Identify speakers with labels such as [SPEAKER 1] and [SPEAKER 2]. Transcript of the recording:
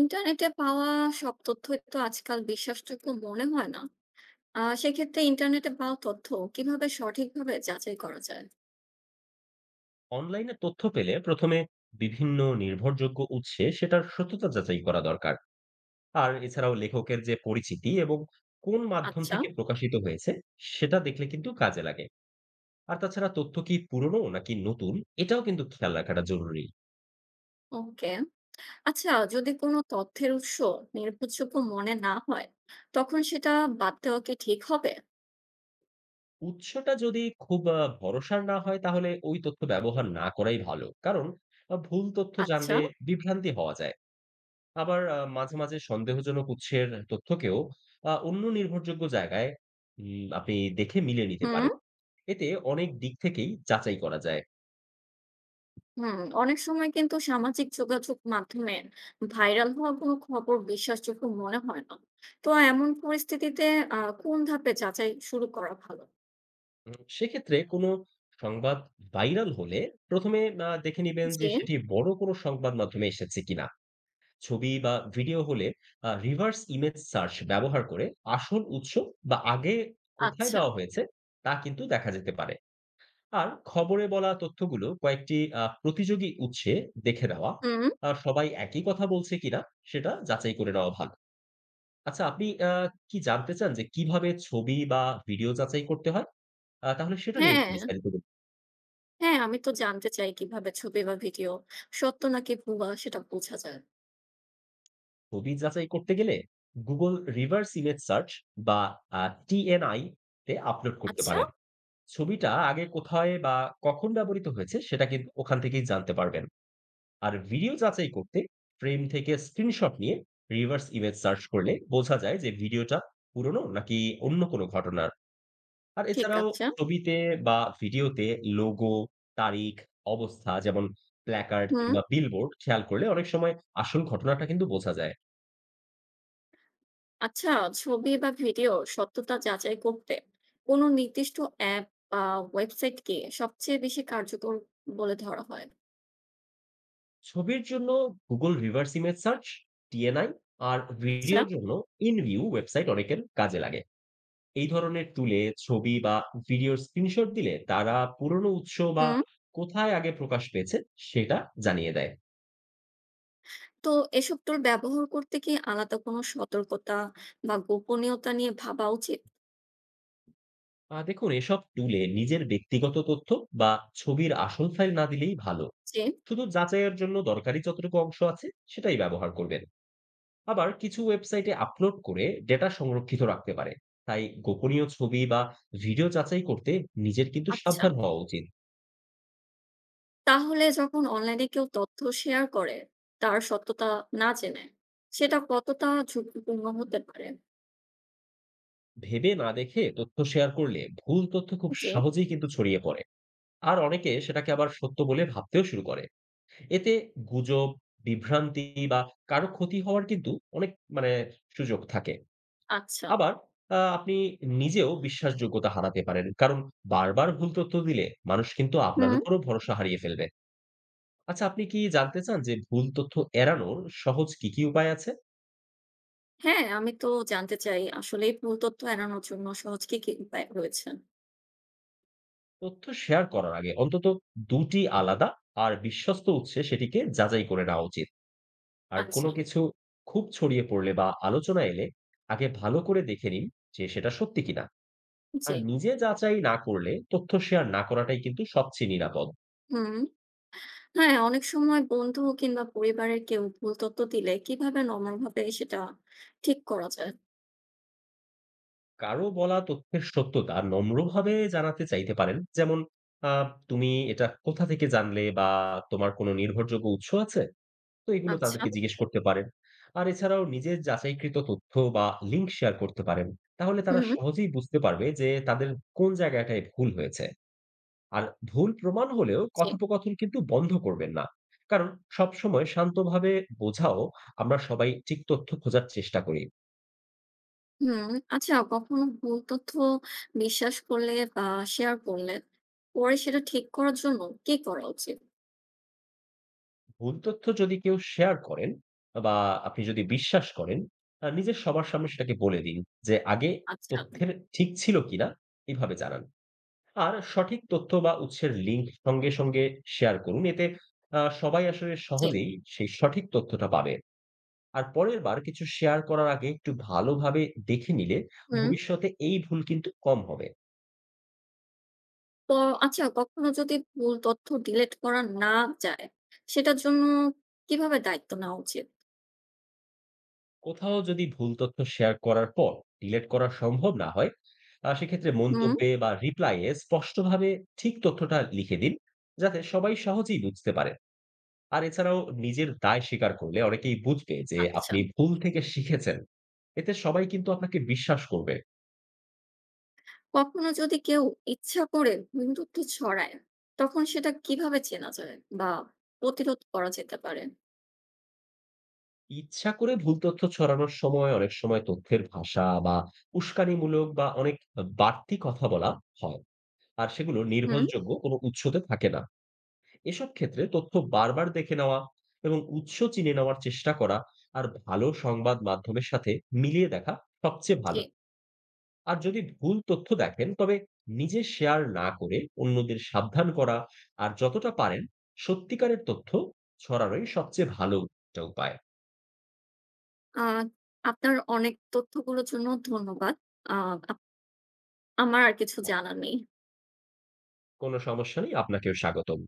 [SPEAKER 1] ইন্টারনেটে পাওয়া সব তথ্যই তো আজকাল বিশ্বাসযোগ্য মনে হয় না। সেক্ষেত্রে ইন্টারনেটে পাওয়া তথ্য কিভাবে সঠিকভাবে যাচাই করা যায়?
[SPEAKER 2] অনলাইনে তথ্য পেলে প্রথমে বিভিন্ন নির্ভরযোগ্য উৎসে সেটার সত্যতা যাচাই করা দরকার। আর এছাড়াও লেখকের যে পরিচিতি এবং কোন মাধ্যম
[SPEAKER 1] আচ্ছা।
[SPEAKER 2] থেকে প্রকাশিত হয়েছে সেটা দেখলে কিন্তু কাজে লাগে। আর তাছাড়া তথ্য কি পুরনো নাকি নতুন এটাও কিন্তু খেয়াল রাখাটা জরুরি।
[SPEAKER 1] ওকে। আচ্ছা, যদি কোনো তথ্যের উৎস নির্ভরযোগ্য মনে না হয় তখন সেটা বাদ দেওয়া কি ঠিক হবে?
[SPEAKER 2] উৎসটা যদি খুব ভরসার না হয় তাহলে ওই তথ্য ব্যবহার না করাই ভালো, কারণ ভুল তথ্য
[SPEAKER 1] আচ্ছা।
[SPEAKER 2] জানলে বিভ্রান্তি হওয়া যায়। আবার মাঝে, মাঝে সন্দেহজনক উৎসের তথ্যকেও অন্য নির্ভরযোগ্য জায়গায় আপনি দেখে মিলিয়ে নিতে
[SPEAKER 1] হুম।
[SPEAKER 2] পারেন। এতে অনেক দিক থেকেই যাচাই করা যায়।
[SPEAKER 1] হুম, অনেক সময় কিন্তু সামাজিক যোগাযোগ মাধ্যমে ভাইরাল হওয়া কোনো খবর বিশ্বাসযোগ্য মনে হয় না। তো এমন পরিস্থিতিতে কোন ধাপে যাচাই শুরু করা ভালো?
[SPEAKER 2] সেক্ষেত্রে কোনো সংবাদ ভাইরাল হলে ১ম এ দেখে নিবেন যে
[SPEAKER 1] জি।
[SPEAKER 2] সেটি বড় কোনো সংবাদ মাধ্যমে এসেছে কিনা। ছবি বা ভিডিও হলে reverse image search ব্যবহার করে আসল উৎস বা আগে কোথায়
[SPEAKER 1] আচ্ছা।
[SPEAKER 2] দেওয়া হয়েছে তা কিন্তু দেখা যেতে পারে। আর খবরে বলা তথ্যগুলো কয়েকটি প্রতিযোগী উৎসে দেখে নেওয়া।
[SPEAKER 1] হুম।
[SPEAKER 2] আর সবাই একই কথা বলছে কিনা সেটা যাচাই করে নেওয়া ভালো। আচ্ছা, আপনি কি জানতে চান যে কিভাবে ছবি বা ভিডিও যাচাই করতে হয়? তাহলে সেটা নিয়ে একটু
[SPEAKER 1] হ্যাঁ,
[SPEAKER 2] বিস্তারিত বলুন।
[SPEAKER 1] হ্যাঁ, আমি তো জানতে চাই কিভাবে ছবি বা ভিডিও সত্য নাকি ভুয়া সেটা বোঝা যায়।
[SPEAKER 2] ছবি যাচাই করতে গেলে Google Reverse Image Search বা আ TNI তে আপলোড করতে
[SPEAKER 1] আচ্ছা,
[SPEAKER 2] পারেন। ছবিটা আগে কোথায় বা কখন ব্যবহৃত হয়েছে সেটা কিন্তু ওখান থেকেই জানতে পারবেন। আর ভিডিও যাচাই করতে ফ্রেম থেকে স্ক্রিনশট নিয়ে রিভার্স ইমেজ সার্চ করলে বোঝা যায় যে ভিডিওটা পুরনো নাকি অন্য কোনো ঘটনার। আর
[SPEAKER 1] ঠিক
[SPEAKER 2] এছাড়াও
[SPEAKER 1] আছে।
[SPEAKER 2] ছবিতে বা ভিডিওতে লোগো, তারিখ, অবস্থা যেমন প্ল্যাকার্ড
[SPEAKER 1] হুম,
[SPEAKER 2] কিংবা বিলবোর্ড খেয়াল করলে অনেক সময় আসল ঘটনাটা কিন্তু বোঝা যায়।
[SPEAKER 1] আচ্ছা, ছবি বা ভিডিওর সত্যতা যাচাই করতে কোনো নির্দিষ্ট অ্যাপ বা ওয়েবসাইট কে সবচেয়ে বেশি কার্যকর বলে ধরা হয়?
[SPEAKER 2] ছবির জন্য Google reverse image search, TNI, আর
[SPEAKER 1] আচ্ছা,
[SPEAKER 2] ভিডিওর জন্য ইনভিউ ওয়েবসাইট অনেকের কাজে লাগে। এই ধরনের তুলে ছবি বা ভিডিওর স্ক্রিনশট দিলে তারা পুরনো উৎস বা
[SPEAKER 1] হুম,
[SPEAKER 2] কোথায় আগে প্রকাশ পেয়েছে সেটা জানিয়ে দেয়।
[SPEAKER 1] তো এসব টুল ব্যবহার করতে কি আলাদা কোনো সতর্কতা বা গোপনীয়তা নিয়ে ভাবা উচিত?
[SPEAKER 2] দেখুন এসব টুলে নিজের ব্যক্তিগত তথ্য বা ছবির আসল ফাইল না দিলেই ভালো।
[SPEAKER 1] জি,
[SPEAKER 2] শুধু যাচাইয়ের জন্য দরকারি যতটুকু অংশ আছে সেটাই ব্যবহার করবেন। আবার কিছু ওয়েবসাইটে আপলোড করে ডেটা সংরক্ষিত রাখতে পারে। তাই গোপনীয় ছবি বা ভিডিও যাচাই করতে নিজের কিন্তু
[SPEAKER 1] আচ্ছা।
[SPEAKER 2] সাবধান হওয়া উচিত।
[SPEAKER 1] তাহলে যখন অনলাইনে কেউ তথ্য শেয়ার করে, তার সত্যতা না জেনে, সেটা কতটা ঝুঁকিপূর্ণ হতে পারে?
[SPEAKER 2] ভেবে না দেখে তথ্য শেয়ার করলে ভুল তথ্য খুব
[SPEAKER 1] জি,
[SPEAKER 2] সহজেই কিন্তু ছড়িয়ে পড়ে। আর অনেকে সেটাকে আবার সত্য বলে ভাবতেও শুরু করে। এতে গুজব, বিভ্রান্তি বা কারো ক্ষতি হওয়ার কিন্তু অনেক মানে সুযোগ থাকে।
[SPEAKER 1] আচ্ছা।
[SPEAKER 2] আবার আপনি নিজেও বিশ্বাসযোগ্যতা হারাতে পারেন। কারণ বারবার ভুল তথ্য দিলে মানুষ কিন্তু আপনার
[SPEAKER 1] হুম,
[SPEAKER 2] উপরও ভরসা হারিয়ে ফেলবে। আচ্ছা, আপনি কি জানতে চান যে ভুল তথ্য এড়ানোর সহজ কি, কি উপায় আছে?
[SPEAKER 1] হ্যাঁ, আমি তো জানতে চাই আসলে এই ভুল তথ্য এড়ানোর জন্য সহজ কি, কি উপায় রয়েছে?
[SPEAKER 2] তথ্য শেয়ার করার আগে অন্তত ২ টি আলাদা আর বিশ্বস্ত উৎসে সেটিকে যাচাই করে নেওয়া উচিত। আর কোনো
[SPEAKER 1] আচ্ছা,
[SPEAKER 2] কিছু খুব ছড়িয়ে পড়লে বা আলোচনা এলে আগে ভালো করে দেখে নিন যে সেটা সত্যি কিনা। আর
[SPEAKER 1] জি।
[SPEAKER 2] নিজে যাচাই না করলে তথ্য শেয়ার না করাটাই কিন্তু সবচেয়ে নিরাপদ।
[SPEAKER 1] হুম, হ্যাঁ, অনেক সময় বন্ধু কিংবা পরিবারের কেউ ভুল তথ্য দিলে কিভাবে নমরভাবে সেটা ঠিক করা যায়?
[SPEAKER 2] কারো বলা তথ্যের সত্যতা নম্রভাবে জানাতে চাইতে পারেন। যেমন আ তুমি এটা কোথা থেকে জানলে বা তোমার কোনো নির্ভরযোগ্য উৎস আছে? তো এগুলো
[SPEAKER 1] আচ্ছা,
[SPEAKER 2] তাদেরকে জিজ্ঞেস করতে পারেন। আর এছাড়াও নিজের যাচাইকৃত তথ্য বা লিঙ্ক শেয়ার করতে পারেন। তাহলে তারা
[SPEAKER 1] হুম,
[SPEAKER 2] সহজেই বুঝতে পারবে যে তাদের কোন জায়গাটায় ভুল হয়েছে। আর ভুল প্রমাণ হলেও
[SPEAKER 1] জি।
[SPEAKER 2] কথোপকথন কিন্তু বন্ধ করবেন না। কারণ সবসময় শান্তভাবে বোঝাও আমরা সবাই ঠিক তথ্য খোঁজার চেষ্টা করি।
[SPEAKER 1] হুম, আচ্ছা, কখনো ভুল তথ্য বিশ্বাস করলে বা শেয়ার করলে পরে সেটা ঠিক করার জন্য কি করা উচিত?
[SPEAKER 2] ভুল তথ্য যদি কেউ শেয়ার করেন বা আপনি যদি বিশ্বাস করেন, নিজের সবার সামনে সেটাকে বলে দিন যে আগে
[SPEAKER 1] আচ্ছা,
[SPEAKER 2] তথ্যের ঠিক ছিল কিনা, এভাবে জানান। আর সঠিক তথ্য বা উৎসের লিঙ্ক সঙ্গে, সঙ্গে শেয়ার করুন। এতে সবাই আসলে
[SPEAKER 1] জি।
[SPEAKER 2] সহজেই সেই সঠিক তথ্যটা পাবে। আর পরের বার কিছু শেয়ার করার আগে একটু ভালোভাবে দেখে নিলে
[SPEAKER 1] হুম,
[SPEAKER 2] ভবিষ্যতে এই ভুল কিন্তু কম হবে।
[SPEAKER 1] তো আচ্ছা কখনো যদি ভুল তথ্য ডিলিট করা না যায় সেটার জন্য কিভাবে দায়িত্ব নেওয়া উচিত?
[SPEAKER 2] কোথাও যদি ভুল তথ্য শেয়ার করার পর ডিলিট করা সম্ভব না হয়, সেক্ষেত্রে
[SPEAKER 1] হুম,
[SPEAKER 2] মন্তব্যে বা রিপ্লাইয়ে স্পষ্টভাবে ঠিক তথ্যটা লিখে দিন, যাতে সবাই সহজেই বুঝতে পারে। আর এছাড়াও নিজের দায় স্বীকার করলে অনেকেই বুঝবে যে
[SPEAKER 1] আচ্ছা
[SPEAKER 2] আপনি ভুল থেকে শিখেছেন। এতে সবাই কিন্তু আপনাকে বিশ্বাস করবে।
[SPEAKER 1] কখনো যদি কেউ ইচ্ছা করে ভুল তথ্য ছড়ায় তখন সেটা কিভাবে চেনা যায় বা প্রতিরোধ করা যেতে পারে?
[SPEAKER 2] ইচ্ছা করে ভুল তথ্য ছড়ানোর সময় অনেক সময় তথ্যের ভাষা বা উস্কানিমূলক বা অনেক বাড়তি কথা বলা হয়, আর সেগুলো
[SPEAKER 1] হুম।
[SPEAKER 2] নির্ভরযোগ্য কোনো উৎসতে থাকে না। এসব ক্ষেত্রে তথ্য বারবার দেখে নেওয়া এবং উৎস চিনে নেওয়ার চেষ্টা করা আর ভালো সংবাদ মাধ্যমের সাথে মিলিয়ে দেখা সবচেয়ে
[SPEAKER 1] জি।
[SPEAKER 2] ভালো। আর যদি ভুল তথ্য দেখেন তবে নিজে শেয়ার না করে অন্যদের সাবধান করা আর যতটা পারেন সত্যিকারের তথ্য ছড়ানোই সবচেয়ে ভালো একটা উপায়।
[SPEAKER 1] আহ আপনার অনেক তথ্যগুলোর জন্য ধন্যবাদ। আহ আমার আর কিছু জানা নেই।
[SPEAKER 2] কোনো সমস্যা নেই। আপনাকেও স্বাগতম।